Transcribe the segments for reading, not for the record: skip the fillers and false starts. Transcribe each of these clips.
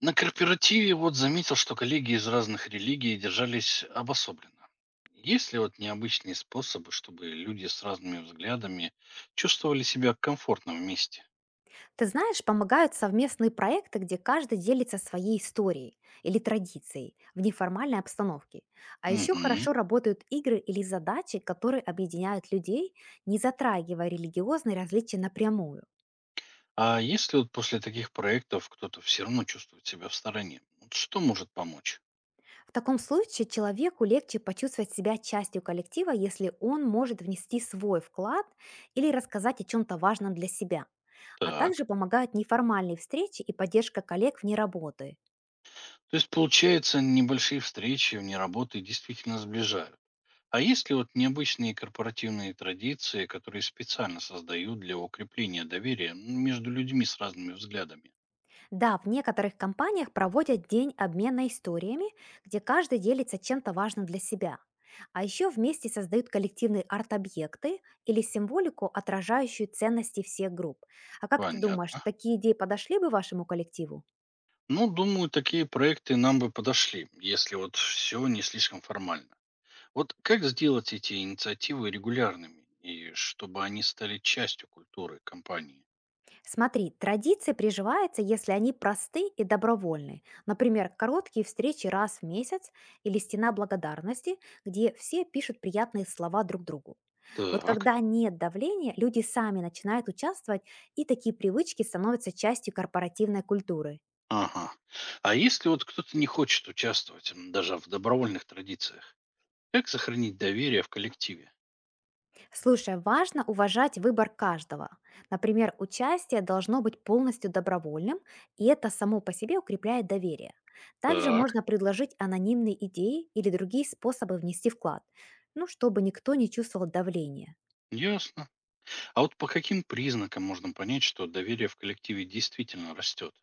На корпоративе вот заметил, что коллеги из разных религий держались обособленно. Есть ли вот необычные способы, чтобы люди с разными взглядами чувствовали себя комфортно вместе? Ты знаешь, помогают совместные проекты, где каждый делится своей историей или традицией в неформальной обстановке. А еще Мгм. хорошо работают игры или задачи, которые объединяют людей, не затрагивая религиозные различия напрямую. А если вот после таких проектов кто-то все равно чувствует себя в стороне, вот что может помочь? В таком случае человеку легче почувствовать себя частью коллектива, если он может внести свой вклад или рассказать о чем-то важном для себя. А также Так. помогают неформальные встречи и поддержка коллег вне работы. То есть, получается, небольшие встречи вне работы действительно сближают. А есть ли вот необычные корпоративные традиции, которые специально создают для укрепления доверия, между людьми с разными взглядами? Да, в некоторых компаниях проводят день обмена историями, где каждый делится чем-то важным для себя. А еще вместе создают коллективные арт-объекты или символику, отражающую ценности всех групп. А как ты думаешь, Понятно. такие идеи подошли бы вашему коллективу? Ну, думаю, такие проекты нам бы подошли, если вот все не слишком формально. Вот как сделать эти инициативы регулярными и чтобы они стали частью культуры компании? Смотри, традиции приживаются, если они просты и добровольны. Например, короткие встречи раз в месяц или стена благодарности, где все пишут приятные слова друг другу. Вот Так. когда нет давления, люди сами начинают участвовать, и такие привычки становятся частью корпоративной культуры. Ага. А если вот кто-то не хочет участвовать, даже в добровольных традициях, как сохранить доверие в коллективе? Слушай, важно уважать выбор каждого. Например, участие должно быть полностью добровольным, и это само по себе укрепляет доверие. Также Так. можно предложить анонимные идеи или другие способы внести вклад, ну, чтобы никто не чувствовал давления. Ясно. А вот по каким признакам можно понять, что доверие в коллективе действительно растет?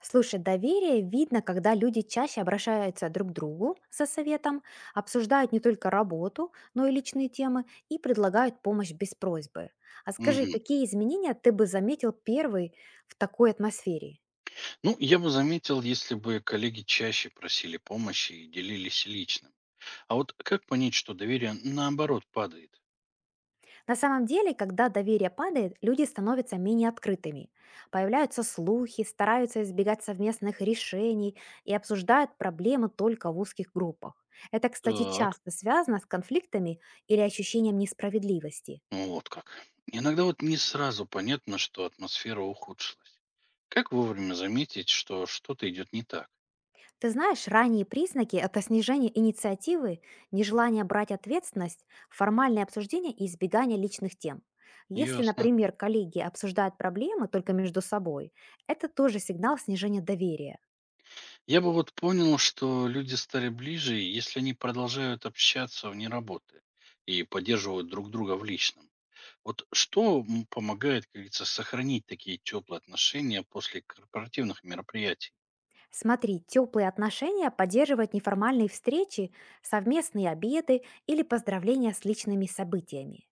Слушай, доверие видно, когда люди чаще обращаются друг к другу за советом, обсуждают не только работу, но и личные темы и предлагают помощь без просьбы. А скажи, Мгм. какие изменения ты бы заметил первый в такой атмосфере? Ну, я бы заметил, если бы коллеги чаще просили помощи и делились личным. А вот как понять, что доверие наоборот падает? На самом деле, когда доверие падает, люди становятся менее открытыми. Появляются слухи, стараются избегать совместных решений и обсуждают проблемы только в узких группах. Это, кстати, Так, часто связано с конфликтами или ощущением несправедливости. вот как. Иногда вот не сразу понятно, что атмосфера ухудшилась. Как вовремя заметить, что что-то идет не так? Ты знаешь, ранние признаки — это снижение инициативы, нежелание брать ответственность, формальное обсуждение и избегание личных тем. Если, Ясно. например, коллеги обсуждают проблемы только между собой, это тоже сигнал снижения доверия. Я бы вот понял, что люди стали ближе, если они продолжают общаться вне работы и поддерживают друг друга в личном. Вот что помогает, как говорится, сохранить такие теплые отношения после корпоративных мероприятий? Смотри, теплые отношения поддерживают неформальные встречи, совместные обеды или поздравления с личными событиями.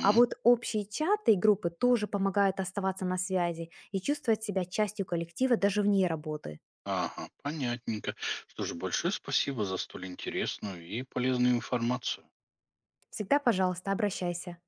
А вот общие чаты и группы тоже помогают оставаться на связи и чувствовать себя частью коллектива даже вне работы. Ага, понятненько. Что же, большое спасибо за столь интересную и полезную информацию. Всегда, пожалуйста, обращайся.